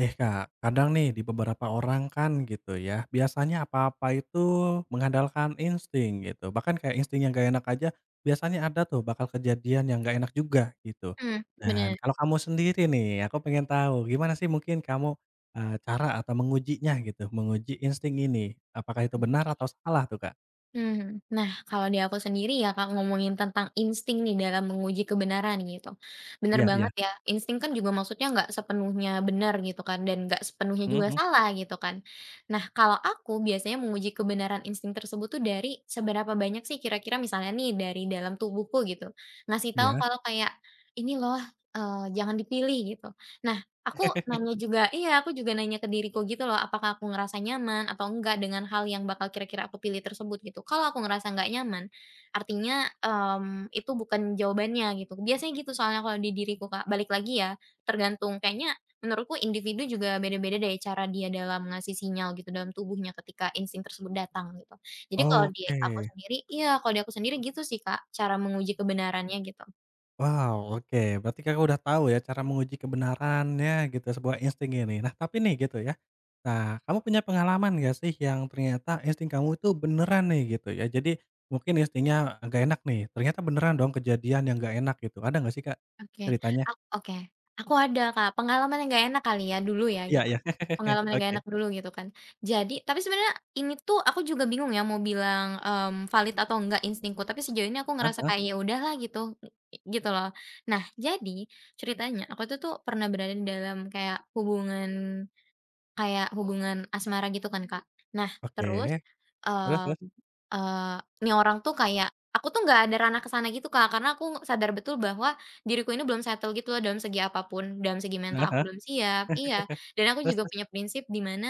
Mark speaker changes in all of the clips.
Speaker 1: Eh Kak, kadang nih di beberapa orang kan gitu ya, biasanya apa-apa itu mengandalkan insting gitu. Bahkan kayak insting yang gak enak aja, biasanya ada tuh bakal kejadian yang gak enak juga gitu.
Speaker 2: Mmm,
Speaker 1: Dan
Speaker 2: bener,
Speaker 1: kalau kamu sendiri nih, aku pengen tahu gimana sih mungkin kamu, cara atau mengujinya gitu, menguji insting ini. Apakah itu benar atau salah tuh Kak?
Speaker 2: mhm. Nah, kalau di aku sendiri ya, Kak, ngomongin tentang insting nih dalam menguji kebenaran gitu. Bener
Speaker 1: Iya iya.
Speaker 2: banget ya, insting kan juga maksudnya nggak sepenuhnya benar gitu kan, dan nggak sepenuhnya
Speaker 1: Mhm
Speaker 2: juga
Speaker 1: mhm.
Speaker 2: salah gitu kan. Nah, kalau aku biasanya menguji kebenaran insting tersebut tuh dari seberapa banyak sih kira-kira misalnya nih dari dalam tubuhku gitu, ngasih tahu
Speaker 1: Iya.
Speaker 2: kalau kayak, "Ini loh, jangan dipilih," gitu. Nah, Aku nanya juga iya, aku juga nanya ke diriku gitu loh, apakah aku ngerasa nyaman atau enggak dengan hal yang bakal kira-kira aku pilih tersebut gitu. Kalau aku ngerasa nggak nyaman, artinya, itu bukan jawabannya gitu. Biasanya gitu soalnya kalau di diriku, Kak. Balik lagi ya, tergantung kayaknya menurutku individu juga beda-beda deh cara dia dalam ngasih sinyal gitu dalam tubuhnya ketika insting tersebut datang gitu. Jadi kalau di aku
Speaker 1: Oke.
Speaker 2: sendiri iya, kalau di aku sendiri gitu sih, Kak, cara menguji kebenarannya gitu.
Speaker 1: Wow, oke. Berarti Kakak udah tahu ya cara menguji kebenarannya gitu, sebuah insting ini. Nah, tapi nih gitu ya. Nah, kamu punya pengalaman gak sih yang ternyata insting kamu itu beneran nih gitu ya. Jadi mungkin instingnya nggak enak nih, ternyata beneran dong kejadian yang gak enak gitu. Ada nggak sih Kak
Speaker 2: Oke,
Speaker 1: ceritanya?
Speaker 2: oke. Aku ada Kak, pengalaman yang nggak enak kali ya, dulu ya
Speaker 1: Iya
Speaker 2: gitu.
Speaker 1: iya.
Speaker 2: Pengalaman yang nggak
Speaker 1: Oke.
Speaker 2: enak dulu gitu kan. Jadi tapi sebenarnya ini tuh aku juga bingung ya mau bilang, valid atau enggak instingku, tapi sejauh ini aku ngerasa
Speaker 1: Heeh.
Speaker 2: kayak ya udahlah gitu, gitu loh. Nah jadi, ceritanya aku tuh tuh pernah berada di dalam kayak kayak hubungan asmara gitu kan, Kak. Nah, terus,
Speaker 1: Oke. Terus
Speaker 2: mmm,
Speaker 1: terus?
Speaker 2: eee, nih orang tuh kayak aku tuh nggak ada ranah ke sana gitu, Kak, karena aku sadar betul bahwa diriku ini belum settle gitu loh dalam segi apa pun, dalam segi mental aku
Speaker 1: Heeh.
Speaker 2: belum siap iya, dan aku
Speaker 1: Terus
Speaker 2: juga
Speaker 1: terus?
Speaker 2: punya prinsip di mana,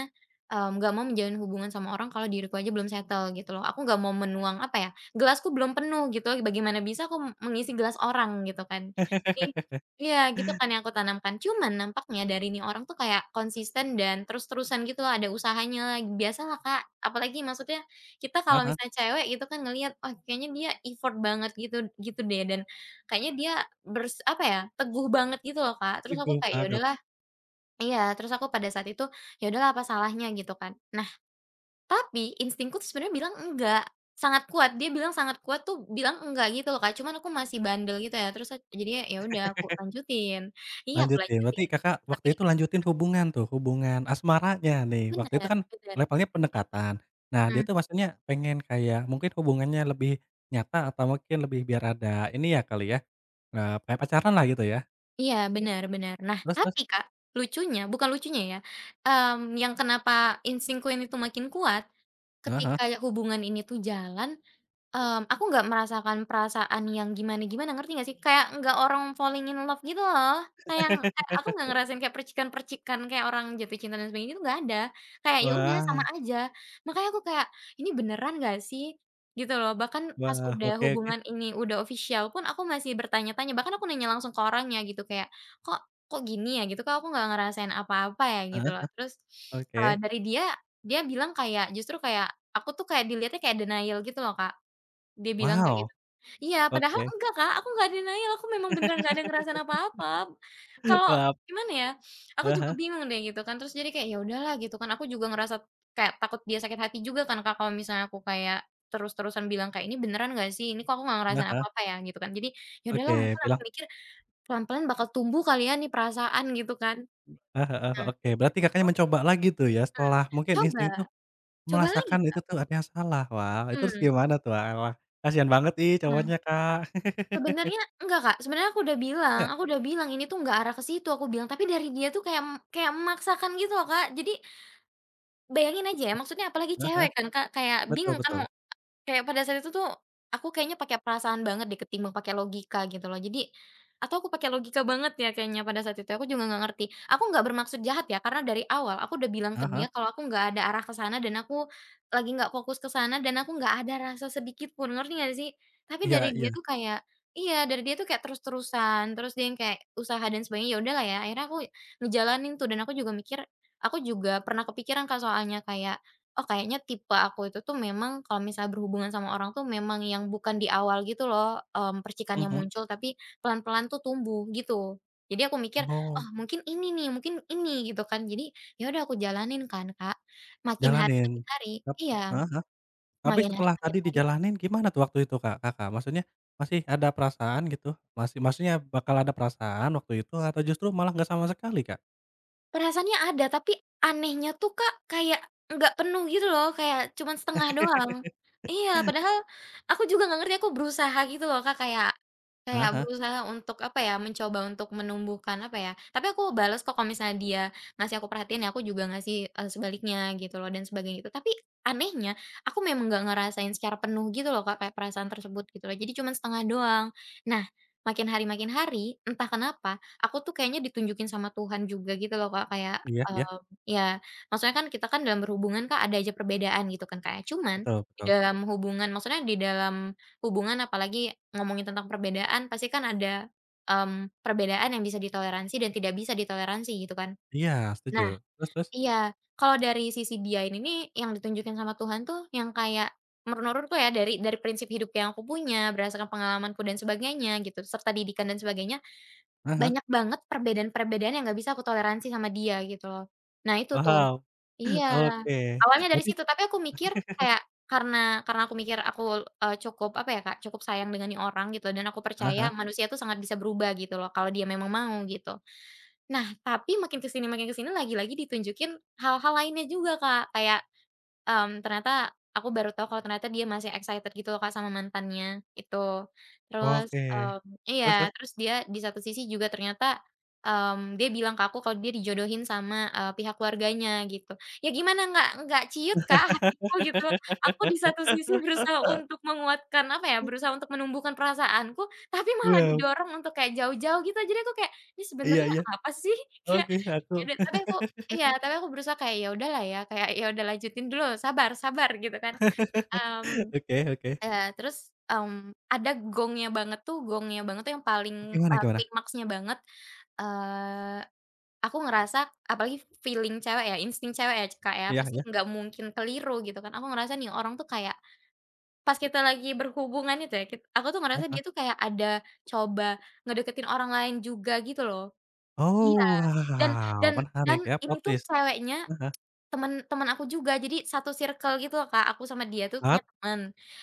Speaker 2: nggak mau menjalin hubungan sama orang kalau diriku aja belum settle gitu loh. Aku nggak mau menuang apa ya, gelasku belum penuh gitu, bagaimana bisa aku mengisi gelas orang gitu kan. Jadi Iya, gitu kan yang aku tanamkan. Cuman nampaknya dari ini orang tuh kayak konsisten dan terus-terusan gitu loh, ada usahanya. Lah. Biasalah, Kak, apalagi maksudnya kita kalau
Speaker 1: Heeh,
Speaker 2: misalnya cewek gitu kan ngelihat, "Oh, kayaknya dia effort banget," gitu gitu deh, dan kayaknya dia apa ya, teguh banget gitu loh, Kak. Terus
Speaker 1: itu
Speaker 2: aku
Speaker 1: Teguh
Speaker 2: kayak, "Ya
Speaker 1: banget.
Speaker 2: udahlah" iya, terus aku pada saat itu, "Ya udahlah apa salahnya?" Gitu kan. Nah, tapi instingku tuh sebenarnya bilang enggak, sangat kuat, dia bilang sangat kuat tuh bilang enggak gitu loh Kak, cuman aku masih bandel gitu ya, terus jadinya ya udah aku lanjutin. Iya aku
Speaker 1: Lanjutin,
Speaker 2: lanjutin,
Speaker 1: berarti Kakak
Speaker 2: tapi
Speaker 1: waktu itu lanjutin hubungan tuh, hubungan asmaranya nih, waktu itu
Speaker 2: bener
Speaker 1: kan
Speaker 2: bener,
Speaker 1: levelnya pendekatan. Nah, dia
Speaker 2: mmm,
Speaker 1: tuh maksudnya pengen kayak mungkin hubungannya lebih nyata atau mungkin lebih biar ada ini ya kali ya, kayak pacaran lah gitu ya?
Speaker 2: iya bener bener. Nah
Speaker 1: Terus terus?
Speaker 2: tapi Kak, lucunya bukan lucunya ya, yang kenapa instingku ini tuh makin kuat,
Speaker 1: Heeh heeh.
Speaker 2: ketika hubungan ini tuh jalan aku nggak merasakan perasaan yang gimana-gimana, ngerti nggak sih? Kayak nggak orang falling in love gitu loh. Kayak kayak aku nggak ngerasain kayak percikan-percikan kayak orang jatuh cinta dan sebagainya itu nggak ada. Kayak ya udah sama
Speaker 1: Wah,
Speaker 2: aja. Makanya aku kayak, "Ini beneran nggak sih?" Gitu loh. Bahkan pas udah
Speaker 1: oke oke.
Speaker 2: hubungan ini udah official pun aku masih bertanya-tanya, bahkan aku nanya langsung ke orangnya gitu kayak, "Kok kok gini ya?" Gitu, "Kok aku nggak ngerasain apa-apa ya?" Gitu
Speaker 1: Heeh,
Speaker 2: loh. Terus,
Speaker 1: oke.
Speaker 2: dari dia, dia bilang kayak justru kayak aku tuh kayak dilihatnya kayak denial gitu loh, Kak. Dia bilang kayak
Speaker 1: Wow,
Speaker 2: gitu. Iya, padahal
Speaker 1: oke.
Speaker 2: enggak, Kak, aku nggak denial, aku memang beneran nggak ada ngerasain apa-apa. Kalau
Speaker 1: Wap,
Speaker 2: gimana ya, aku
Speaker 1: heeh
Speaker 2: juga
Speaker 1: heeh,
Speaker 2: bingung deh gitu kan, terus jadi kayak, ya udahlah gitu kan, aku juga ngerasa kayak takut dia sakit hati juga kan, Kak, kalau misalnya aku kayak terus-terusan bilang kayak, "Ini beneran nggak sih? Ini kok aku nggak
Speaker 1: heeh
Speaker 2: ngerasain
Speaker 1: heeh,
Speaker 2: apa-apa ya?" Gitu kan. Jadi, ya udahlah
Speaker 1: oke,
Speaker 2: mungkin aku
Speaker 1: bilang
Speaker 2: mikir pelan-pelan bakal tumbuh kali ya nih perasaan gitu kan.
Speaker 1: heeh heeh,
Speaker 2: Nah,
Speaker 1: oke. Berarti Kakaknya
Speaker 2: heeh.
Speaker 1: mencoba lagi tuh ya setelah mungkin
Speaker 2: Coba
Speaker 1: insting tuh
Speaker 2: coba lagi,
Speaker 1: merasakan itu
Speaker 2: Kak.
Speaker 1: tuh ada yang salah. Wah, itu terus
Speaker 2: Mmm,
Speaker 1: gimana tuh? Ah, wah, kasihan banget ih
Speaker 2: mhm.
Speaker 1: cowoknya, Kak.
Speaker 2: Sebenarnya enggak, Kak, sebenarnya
Speaker 1: Enggak,
Speaker 2: aku udah bilang, "Ini tuh nggak arah ke situ," aku bilang, tapi dari dia tuh kayak kayak memaksakan gitu loh, Kak. Jadi bayangin aja ya, maksudnya apalagi cewek
Speaker 1: heeh,
Speaker 2: kan, Kak, kayak
Speaker 1: betul
Speaker 2: bingung
Speaker 1: betul.
Speaker 2: kan Kayak pada saat itu tuh, aku kayaknya pakai perasaan banget deh ketimbang pakai logika gitu loh. Jadi atau aku pakai logika banget ya kayaknya pada saat itu, aku juga nggak ngerti. Aku nggak bermaksud jahat ya, karena dari awal aku udah bilang ke
Speaker 1: Heeh
Speaker 2: dia
Speaker 1: heeh.
Speaker 2: kalau aku nggak ada arah ke sana dan aku lagi nggak fokus ke sana dan aku nggak ada rasa sedikit pun, ngerti nggak sih? Tapi
Speaker 1: Iya iya.
Speaker 2: dari dia tuh kayak terus-terusan, terus dia yang kayak usaha dan sebagainya, ya udahlah ya, akhirnya aku ngejalanin tuh dan aku juga pernah kepikiran kan soalnya kayak Oh kayaknya tipe aku itu tuh memang kalau misalnya berhubungan sama orang tuh memang yang bukan di awal gitu loh, percikannya
Speaker 1: Mhm.
Speaker 2: muncul tapi pelan-pelan tuh tumbuh gitu. Jadi aku mikir, "Oh
Speaker 1: Oh,
Speaker 2: mungkin ini nih, mungkin ini," gitu kan. Jadi ya udah aku jalanin kan, Kak. Makin hari makin
Speaker 1: jalanin.
Speaker 2: hari
Speaker 1: Tap,
Speaker 2: iya,
Speaker 1: heeh. Tapi setelah
Speaker 2: makin
Speaker 1: tadi
Speaker 2: hari
Speaker 1: dijalanin gimana tuh waktu itu, Kak, Kakak? Maksudnya masih ada perasaan gitu? Masih maksudnya bakal ada perasaan waktu itu atau justru malah nggak sama sekali, Kak?
Speaker 2: Perasaannya ada, tapi anehnya tuh, Kak, kayak nggak penuh gitu loh, kayak cuman setengah doang. Iya, padahal aku juga nggak ngerti, aku berusaha gitu loh, Kak, kayak kayak
Speaker 1: Heeh.
Speaker 2: berusaha untuk, apa ya, mencoba untuk menumbuhkan, apa ya, tapi aku balas kok kalau misalnya dia ngasih aku perhatian, ya aku juga ngasih, sebaliknya gitu loh dan sebagainya itu. Tapi anehnya aku memang nggak ngerasain secara penuh gitu loh, Kak, kayak perasaan tersebut gitu loh, jadi cuman setengah doang. Nah, makin hari, entah kenapa Aku tuh kayaknya ditunjukin sama Tuhan juga gitu loh Kak, kayak,
Speaker 1: Iya iya.
Speaker 2: Mhm. ya maksudnya kan kita kan dalam berhubungan Kak, ada aja perbedaan gitu kan kayak cuman
Speaker 1: Betul
Speaker 2: di
Speaker 1: betul.
Speaker 2: dalam hubungan maksudnya di dalam hubungan apalagi ngomongin tentang perbedaan pasti kan ada, perbedaan yang bisa ditoleransi dan tidak bisa ditoleransi gitu kan.
Speaker 1: Iya, setuju.
Speaker 2: Nah
Speaker 1: Terus terus?
Speaker 2: iya, kalau dari sisi dia ini nih yang ditunjukin sama Tuhan tuh yang kayak menurutku ya dari prinsip hidup yang aku punya berdasarkan pengalamanku dan sebagainya gitu serta didikan dan sebagainya,
Speaker 1: Heeh heeh.
Speaker 2: banyak banget perbedaan-perbedaan yang nggak bisa aku toleransi sama dia gitu loh. Nah itu tuh iya,
Speaker 1: Oke.
Speaker 2: awalnya dari
Speaker 1: Berarti
Speaker 2: situ tapi aku mikir kayak karena karena aku mikir aku, cukup apa ya Kak, cukup sayang dengan nih orang gitu dan aku percaya
Speaker 1: heeh.
Speaker 2: manusia itu sangat bisa berubah gitu loh kalau dia memang mau gitu. Nah tapi makin ke sini lagi-lagi ditunjukin hal-hal lainnya juga Kak, kayak ternyata aku baru tahu kalau ternyata dia masih excited gitu loh Kak sama mantannya itu. Terus,
Speaker 1: Oke.
Speaker 2: iya,
Speaker 1: Terus terus?
Speaker 2: terus dia di satu sisi juga ternyata, dia bilang ke aku kalau dia dijodohin sama, pihak keluarganya gitu. Ya gimana nggak ciut Kak hatiku gitu. Aku di satu sisi berusaha untuk menguatkan, apa ya, berusaha untuk menumbuhkan perasaanku, tapi malah
Speaker 1: Wow,
Speaker 2: didorong untuk kayak jauh-jauh gitu. Jadi aku kayak, "Ini
Speaker 1: iya
Speaker 2: sebenarnya
Speaker 1: iya,
Speaker 2: apa sih?" Kayak
Speaker 1: oke aku
Speaker 2: Ya udah, tapi aku iya, tapi aku berusaha kayak, "Ya udahlah ya," kayak, "ya udah lanjutin dulu, sabar sabar," gitu kan. Mmm,
Speaker 1: oke oke.
Speaker 2: terus, ada gongnya banget tuh yang paling,
Speaker 1: Gimana gimana?
Speaker 2: klimaksnya banget, eee, aku ngerasa apalagi feeling cewek ya, insting cewek ya, Kak, ya,
Speaker 1: Iya
Speaker 2: pasti
Speaker 1: iya,
Speaker 2: nggak mungkin keliru gitu kan. Aku ngerasa nih orang tuh kayak pas kita lagi berhubungan itu ya, aku tuh
Speaker 1: heeh
Speaker 2: ngerasa dia tuh
Speaker 1: heeh.
Speaker 2: kayak ada coba ngedeketin orang lain juga gitu loh. Iya,
Speaker 1: Oh,
Speaker 2: dan
Speaker 1: wow,
Speaker 2: dan dan
Speaker 1: menarik ya,
Speaker 2: ini
Speaker 1: plot
Speaker 2: tuh
Speaker 1: twist.
Speaker 2: ceweknya
Speaker 1: Heeh,
Speaker 2: Temen temen aku juga, jadi satu circle gitu loh, Kak, aku sama dia tuh punya
Speaker 1: hat,
Speaker 2: temen.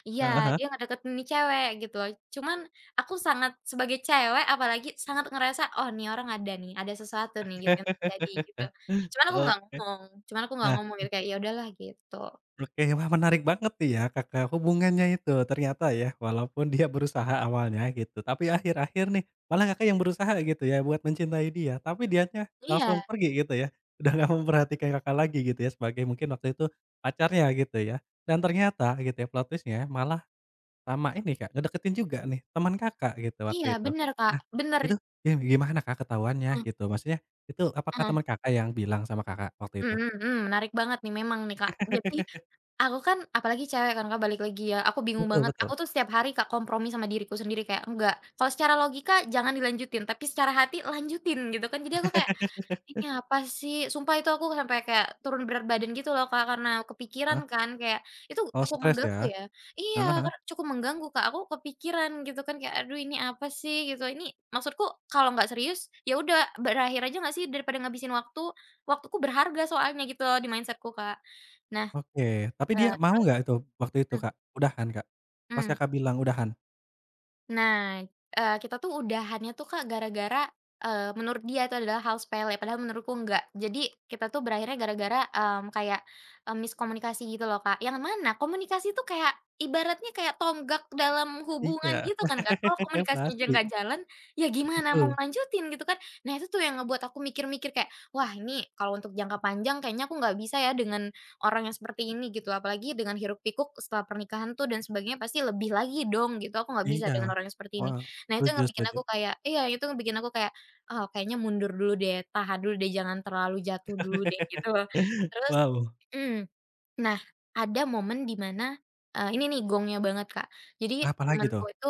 Speaker 2: Iya,
Speaker 1: heeh heeh.
Speaker 2: dia ngedeketin nih cewek gitu loh, cuman aku sangat sebagai cewek apalagi sangat ngerasa, "Oh, nih orang ada nih, ada sesuatu nih," gitu yang terjadi gitu. Cuman aku nggak
Speaker 1: Oke,
Speaker 2: ngomong cuman aku nggak
Speaker 1: nah.
Speaker 2: ngomong gitu, kayak, "Ya udahlah," gitu.
Speaker 1: Oke, wah menarik banget nih ya Kakak hubungannya itu ternyata ya, walaupun dia berusaha awalnya gitu, tapi akhir-akhir nih malah Kakak yang berusaha gitu ya buat mencintai dia, tapi dianya langsung
Speaker 2: Iya
Speaker 1: pergi gitu ya, udah nggak memperhatikan Kakak lagi gitu ya sebagai mungkin waktu itu pacarnya gitu ya. Dan ternyata gitu ya plot twist malah sama ini Kak, ngedeketin juga nih teman Kakak gitu
Speaker 2: iya,
Speaker 1: waktu itu.
Speaker 2: bener, Kak,
Speaker 1: Nah
Speaker 2: bener.
Speaker 1: itu gimana Kak ketahuannya
Speaker 2: Heeh
Speaker 1: gitu? Maksudnya itu apakah
Speaker 2: heeh.
Speaker 1: teman Kakak yang bilang sama Kakak waktu itu?
Speaker 2: Mhm mhm, menarik banget nih memang nih, Kak. Jadi Aku kan apalagi cewek kan Kak, balik lagi ya, aku bingung Mhm.
Speaker 1: Betul
Speaker 2: banget,
Speaker 1: betul.
Speaker 2: aku tuh setiap hari Kak, kompromi sama diriku sendiri kayak, "Enggak, kalau secara logika jangan dilanjutin, tapi secara hati lanjutin," gitu kan. Jadi aku kayak, "Ini apa sih?" Sumpah itu aku sampai kayak turun berat badan gitu loh Kak, karena kepikiran
Speaker 1: Heeh.
Speaker 2: kan kayak itu
Speaker 1: Oh
Speaker 2: cukup
Speaker 1: stres ya?
Speaker 2: mengganggu ya. Iya,
Speaker 1: Heeh heeh,
Speaker 2: cukup mengganggu Kak, aku kepikiran gitu kan kayak, "Aduh ini apa sih?" Gitu. Ini maksudku kalau nggak serius, ya udah berakhir aja nggak sih daripada ngabisin waktu, waktuku berharga soalnya gitu loh di mindsetku Kak. Nah,
Speaker 1: oke. Tapi dia mau
Speaker 2: mhm.
Speaker 1: nggak itu, waktu itu, Kak? Udahan, Kak? Pas
Speaker 2: Mmm.
Speaker 1: Kakak bilang udahan?
Speaker 2: Nah, kita tuh udahannya tuh, Kak, gara-gara, menurut dia itu adalah hal sepele, padahal menurutku enggak. Jadi kita tuh berakhirnya gara-gara, kayak, miskomunikasi gitu loh, Kak. Yang mana komunikasi itu kayak ibaratnya kayak tonggak dalam hubungan
Speaker 1: Iya,
Speaker 2: gitu kan, Kak. Kalau komunikasinya aja
Speaker 1: pasti,
Speaker 2: nggak jalan, ya gimana mau
Speaker 1: betul.
Speaker 2: lanjutin gitu kan. Nah, itu tuh yang ngebuat aku mikir-mikir kayak, "Wah, ini kalau untuk jangka panjang kayaknya aku nggak bisa ya dengan orang yang seperti ini gitu, apalagi dengan hiruk-pikuk setelah pernikahan tuh dan sebagainya pasti lebih lagi dong gitu, aku nggak bisa
Speaker 1: Iya.
Speaker 2: dengan orang yang seperti ini.
Speaker 1: Wow,
Speaker 2: Nah, itu yang
Speaker 1: setuju
Speaker 2: bikin
Speaker 1: setuju.
Speaker 2: aku kayak, iya, itu yang bikin aku kayak, "Oh, kayaknya mundur dulu deh, tahan dulu deh, jangan terlalu jatuh dulu deh," gitu. Terus
Speaker 1: Wow,
Speaker 2: mhm, nah, ada momen di mana, ini nih gongnya banget, Kak, jadi
Speaker 1: apalagi
Speaker 2: temanku
Speaker 1: tuh?
Speaker 2: itu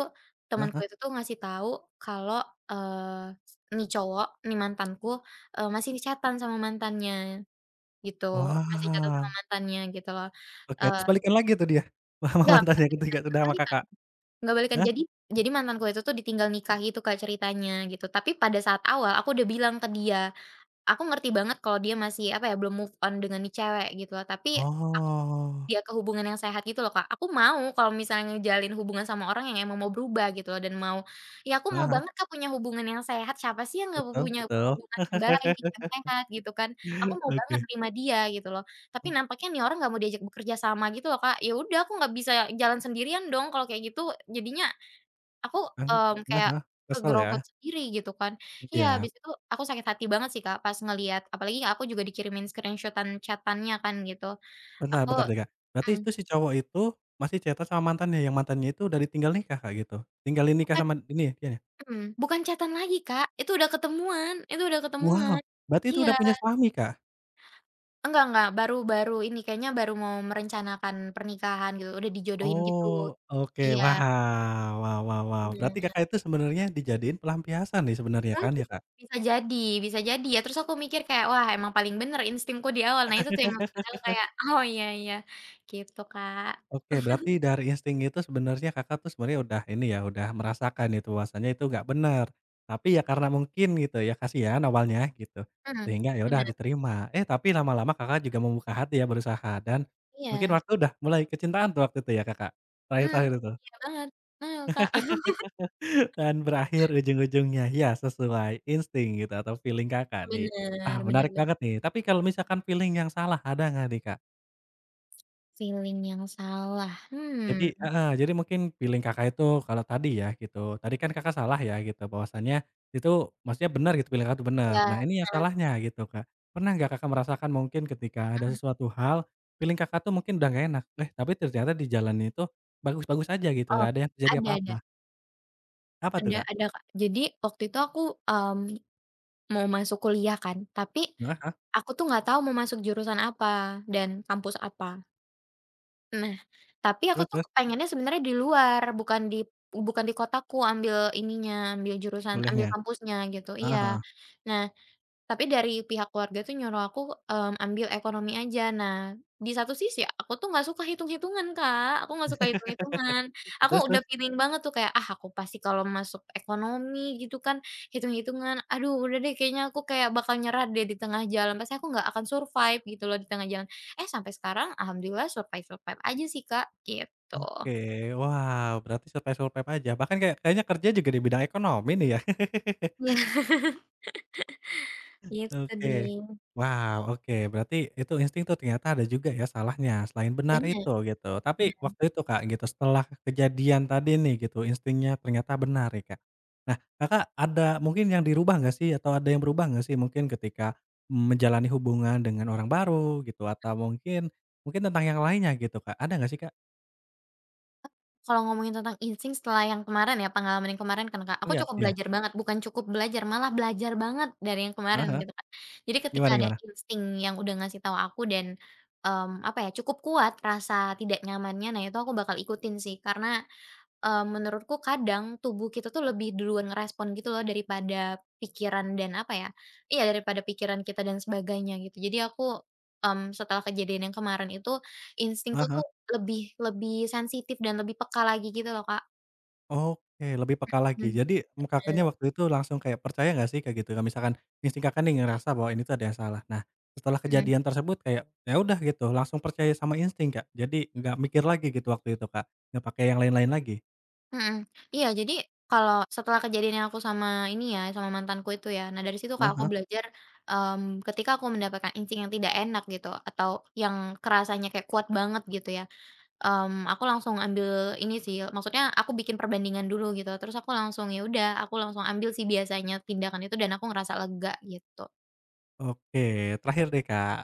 Speaker 1: Heeh
Speaker 2: temanku
Speaker 1: heeh.
Speaker 2: itu tuh ngasih tahu kalau, eee, nih cowok, nih mantanku, masih chatan sama mantannya. Gitu, masih jatuh
Speaker 1: Wah,
Speaker 2: sama mantannya gitu loh.
Speaker 1: oke,
Speaker 2: Eee,
Speaker 1: terus balikan lagi tuh dia? Sama
Speaker 2: enggak
Speaker 1: mantannya yang ketiga udah sama
Speaker 2: kebalikan,
Speaker 1: Kakak?
Speaker 2: enggak balikan.
Speaker 1: Hah?
Speaker 2: Jadi mantanku itu tuh ditinggal nikah gitu, Kak, ceritanya gitu, tapi pada saat awal aku udah bilang ke dia, aku ngerti banget kalau dia masih, apa ya, belum move on dengan nih cewek gitu loh, tapi aku.
Speaker 1: Oh,
Speaker 2: Iya, ke hubungan yang sehat gitu loh, Kak. Aku mau kalau misalnya ngejalin hubungan sama orang yang emang mau berubah gitu loh dan mau, ya aku mau
Speaker 1: heeh heeh,
Speaker 2: banget, Kak, punya hubungan yang sehat, siapa sih yang nggak
Speaker 1: betul
Speaker 2: punya
Speaker 1: betul.
Speaker 2: hubungan yang baik, yang sehat gitu kan. Aku mau banget
Speaker 1: Oke.
Speaker 2: terima dia gitu loh, tapi
Speaker 1: Mmm,
Speaker 2: nampaknya nih orang nggak mau diajak bekerja sama gitu loh, Kak. Ya udah, aku nggak bisa jalan sendirian dong kalau kayak gitu, jadinya aku,
Speaker 1: kan,
Speaker 2: mmm,
Speaker 1: heeh
Speaker 2: kayak
Speaker 1: heeh, kesel ya?
Speaker 2: kegerobot sendiri gitu kan. Iya,
Speaker 1: Iya.
Speaker 2: habis itu aku sakit hati banget sih, Kak, pas ngelihat, apalagi aku juga dikirimin screenshot-an chatannya kan gitu.
Speaker 1: Bentar
Speaker 2: Aku
Speaker 1: bentar deh, Kak. Berarti
Speaker 2: mhm.
Speaker 1: itu si cowok itu masih chatan sama mantannya, yang mantannya itu udah ditinggal nikah, Kak, gitu? Tinggalin nikah sama ini ya, dianya?
Speaker 2: Mmm, bukan chat lagi, Kak, itu udah ketemuan, itu udah
Speaker 1: Wow,
Speaker 2: ketemuan.
Speaker 1: berarti itu
Speaker 2: Iya,
Speaker 1: udah punya suami, Kak?
Speaker 2: enggak, baru baru ini, kayaknya baru mau merencanakan pernikahan gitu, udah dijodohin gitu.
Speaker 1: Oh, oke.
Speaker 2: Iya,
Speaker 1: Wah, wow wow wow. Berarti
Speaker 2: bener.
Speaker 1: Kakak itu sebenarnya dijadiin pelampiasan nih sebenarnya kan
Speaker 2: Mungkin,
Speaker 1: ya, Kak?
Speaker 2: bisa jadi, bisa jadi ya, terus aku mikir kayak, "Wah, emang paling bener instingku di awal." Nah, itu tuh yang bikin aku kayak, "Oh, iya, iya." Gitu, Kak.
Speaker 1: Oke, berarti dari insting itu sebenarnya Kakak tuh sebenarnya udah ini ya, udah merasakan itu bahwasanya itu nggak benar. Tapi ya karena mungkin gitu ya, kasihan awalnya gitu,
Speaker 2: Mhm,
Speaker 1: sehingga ya udah
Speaker 2: bener,
Speaker 1: diterima. Eh, tapi lama-lama Kakak juga membuka hati ya berusaha dan mungkin
Speaker 2: iya.
Speaker 1: waktu udah mulai kecintaan tuh waktu itu ya Kakak?
Speaker 2: Mmm,
Speaker 1: Terakhir-terakhir itu
Speaker 2: iya banget. Heeh, Kak.
Speaker 1: dan berakhir ujung-ujungnya ya sesuai insting gitu atau feeling Kakak nih.
Speaker 2: Bener,
Speaker 1: Ah
Speaker 2: bener
Speaker 1: menarik
Speaker 2: banget.
Speaker 1: banget nih, tapi kalau misalkan feeling yang salah ada nggak nih, Kak?
Speaker 2: Feeling yang salah, hmm,
Speaker 1: Jadi heeh, jadi mungkin feeling Kakak itu kalau tadi ya gitu, tadi kan Kakak salah ya gitu bahwasannya itu maksudnya benar gitu feeling Kakak itu benar.
Speaker 2: iya,
Speaker 1: Nah ini yang
Speaker 2: heeh,
Speaker 1: salahnya gitu, Kak. Pernah nggak Kakak merasakan mungkin ketika ada
Speaker 2: heeh.
Speaker 1: sesuatu hal, feeling Kakak tuh mungkin udah nggak enak, eh tapi ternyata di jalan itu bagus-bagus aja gitu,
Speaker 2: Oh,
Speaker 1: nggak ada yang terjadi
Speaker 2: ada ada
Speaker 1: apa-apa. Apa tuh,
Speaker 2: ada
Speaker 1: Kak?
Speaker 2: ada, Kak. Jadi waktu itu aku, mmm, mau masuk kuliah kan, tapi
Speaker 1: Heeh heeh,
Speaker 2: aku tuh nggak tahu mau masuk jurusan apa dan kampus apa. Nah, tapi aku
Speaker 1: terus
Speaker 2: tuh
Speaker 1: terus?
Speaker 2: pengennya sebenarnya di luar, bukan di, bukan di kotaku, ambil ininya, ambil jurusan, ambil
Speaker 1: Bolehnya?
Speaker 2: kampusnya gitu, iya.
Speaker 1: Heeh heeh.
Speaker 2: Nah, tapi dari pihak keluarga tuh nyuruh aku, mmm, ambil ekonomi aja. Nah, di satu sisi aku tuh nggak suka hitung-hitungan, Kak, aku nggak suka hitung-hitungan.
Speaker 1: Terus
Speaker 2: Aku udah
Speaker 1: terus?
Speaker 2: feeling banget tuh kayak, "Ah, aku pasti kalau masuk ekonomi gitu kan hitung-hitungan, aduh, udah deh, kayaknya aku kayak bakal nyerah deh di tengah jalan, pasti aku nggak akan survive," gitu loh di tengah jalan. Eh, sampai sekarang alhamdulillah survive-survive aja sih, Kak, gitu.
Speaker 1: Oke, wow berarti survive-survive aja, bahkan kayak kayaknya kerja juga di bidang ekonomi nih ya?
Speaker 2: Iya, gitu
Speaker 1: Oke.
Speaker 2: deh.
Speaker 1: Wow, oke, berarti itu insting tuh ternyata ada juga ya salahnya, selain benar
Speaker 2: Bener.
Speaker 1: itu, gitu. Tapi waktu itu, Kak, gitu, setelah kejadian tadi nih gitu, instingnya ternyata benar ya, Kak. Nah, Kakak ada mungkin yang dirubah nggak sih atau ada yang berubah nggak sih mungkin ketika menjalani hubungan dengan orang baru gitu atau mungkin mungkin tentang yang lainnya gitu, Kak, ada nggak sih, Kak?
Speaker 2: Kalau ngomongin tentang insting setelah yang kemarin ya, pengalaman yang kemarin kan, Kak, aku
Speaker 1: Iya
Speaker 2: cukup
Speaker 1: iya.
Speaker 2: belajar banget, bukan cukup belajar, malah belajar banget dari yang kemarin
Speaker 1: Heeh.
Speaker 2: gitu kan. Jadi ketika
Speaker 1: Gimana
Speaker 2: ada
Speaker 1: gimana?
Speaker 2: insting yang udah ngasih tahu aku dan, mmm, apa ya, cukup kuat rasa tidak nyamannya, nah, itu aku bakal ikutin sih, karena menurutku kadang tubuh kita tuh lebih duluan ngerespon gitu loh daripada pikiran dan apa ya, iya, daripada pikiran kita dan sebagainya gitu. Jadi aku, mmm, setelah kejadian yang kemarin itu instingku
Speaker 1: Heeh heeh.
Speaker 2: tuh lebih lebih sensitif dan lebih peka lagi gitu loh, Kak.
Speaker 1: Oke, lebih peka lagi.
Speaker 2: Mhm,
Speaker 1: Jadi, Kakaknya waktu itu langsung kayak percaya nggak sih kayak gitu, kalau misalkan insting Kakak nih ngerasa bahwa ini tuh ada yang salah. Nah, setelah
Speaker 2: mhm,
Speaker 1: kejadian tersebut kayak, ya udah gitu, langsung percaya sama insting, Kak? Jadi nggak mikir lagi gitu waktu itu, Kak? Nggak pakai yang lain-lain lagi?
Speaker 2: mhm. Iya, jadi kalau setelah kejadian yang aku sama ini ya, sama mantanku itu ya, nah dari situ, Kak, aku
Speaker 1: Ah.
Speaker 2: belajar, mmm, ketika aku mendapatkan insting yang tidak enak gitu atau yang kerasanya kayak kuat banget gitu ya, mmm, aku langsung ambil ini sih, maksudnya aku bikin perbandingan dulu gitu, terus aku langsung, ya udah, aku langsung ambil sih biasanya tindakan itu dan aku ngerasa lega gitu.
Speaker 1: Oke, terakhir deh, Kak.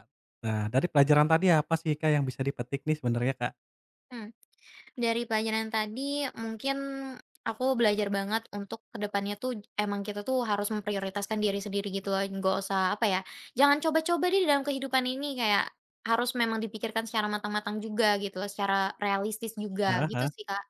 Speaker 1: Nah, dari pelajaran tadi apa sih, Kak, yang bisa dipetik nih sebenarnya, Kak?
Speaker 2: Mmm, dari pelajaran tadi mungkin aku belajar banget untuk ke depannya tuh emang kita tuh harus memprioritaskan diri sendiri gitu loh, nggak usah apa ya, jangan coba-coba deh di dalam kehidupan ini kayak harus memang dipikirkan secara matang-matang juga gitu loh, secara realistis juga gitu
Speaker 1: Heeh.
Speaker 2: sih, Kak.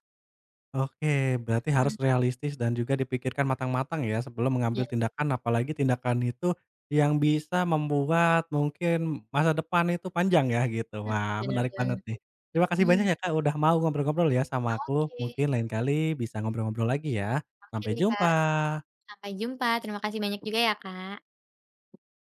Speaker 1: Oke, berarti harus
Speaker 2: Mhm,
Speaker 1: realistis dan juga dipikirkan matang-matang ya sebelum mengambil
Speaker 2: iya,
Speaker 1: tindakan, apalagi tindakan itu yang bisa membuat mungkin masa depan itu panjang ya gitu.
Speaker 2: mhm,
Speaker 1: Wah,
Speaker 2: bener
Speaker 1: menarik
Speaker 2: banget.
Speaker 1: banget nih. Terima kasih
Speaker 2: Iya,
Speaker 1: banyak ya Kak udah mau ngobrol-ngobrol ya sama aku.
Speaker 2: oke.
Speaker 1: Mungkin lain
Speaker 2: Sip,
Speaker 1: kali bisa ngobrol-ngobrol lagi ya.
Speaker 2: oke
Speaker 1: Sampai
Speaker 2: deh, Kak.
Speaker 1: jumpa.
Speaker 2: Sampai jumpa, terima kasih banyak juga ya, Kak.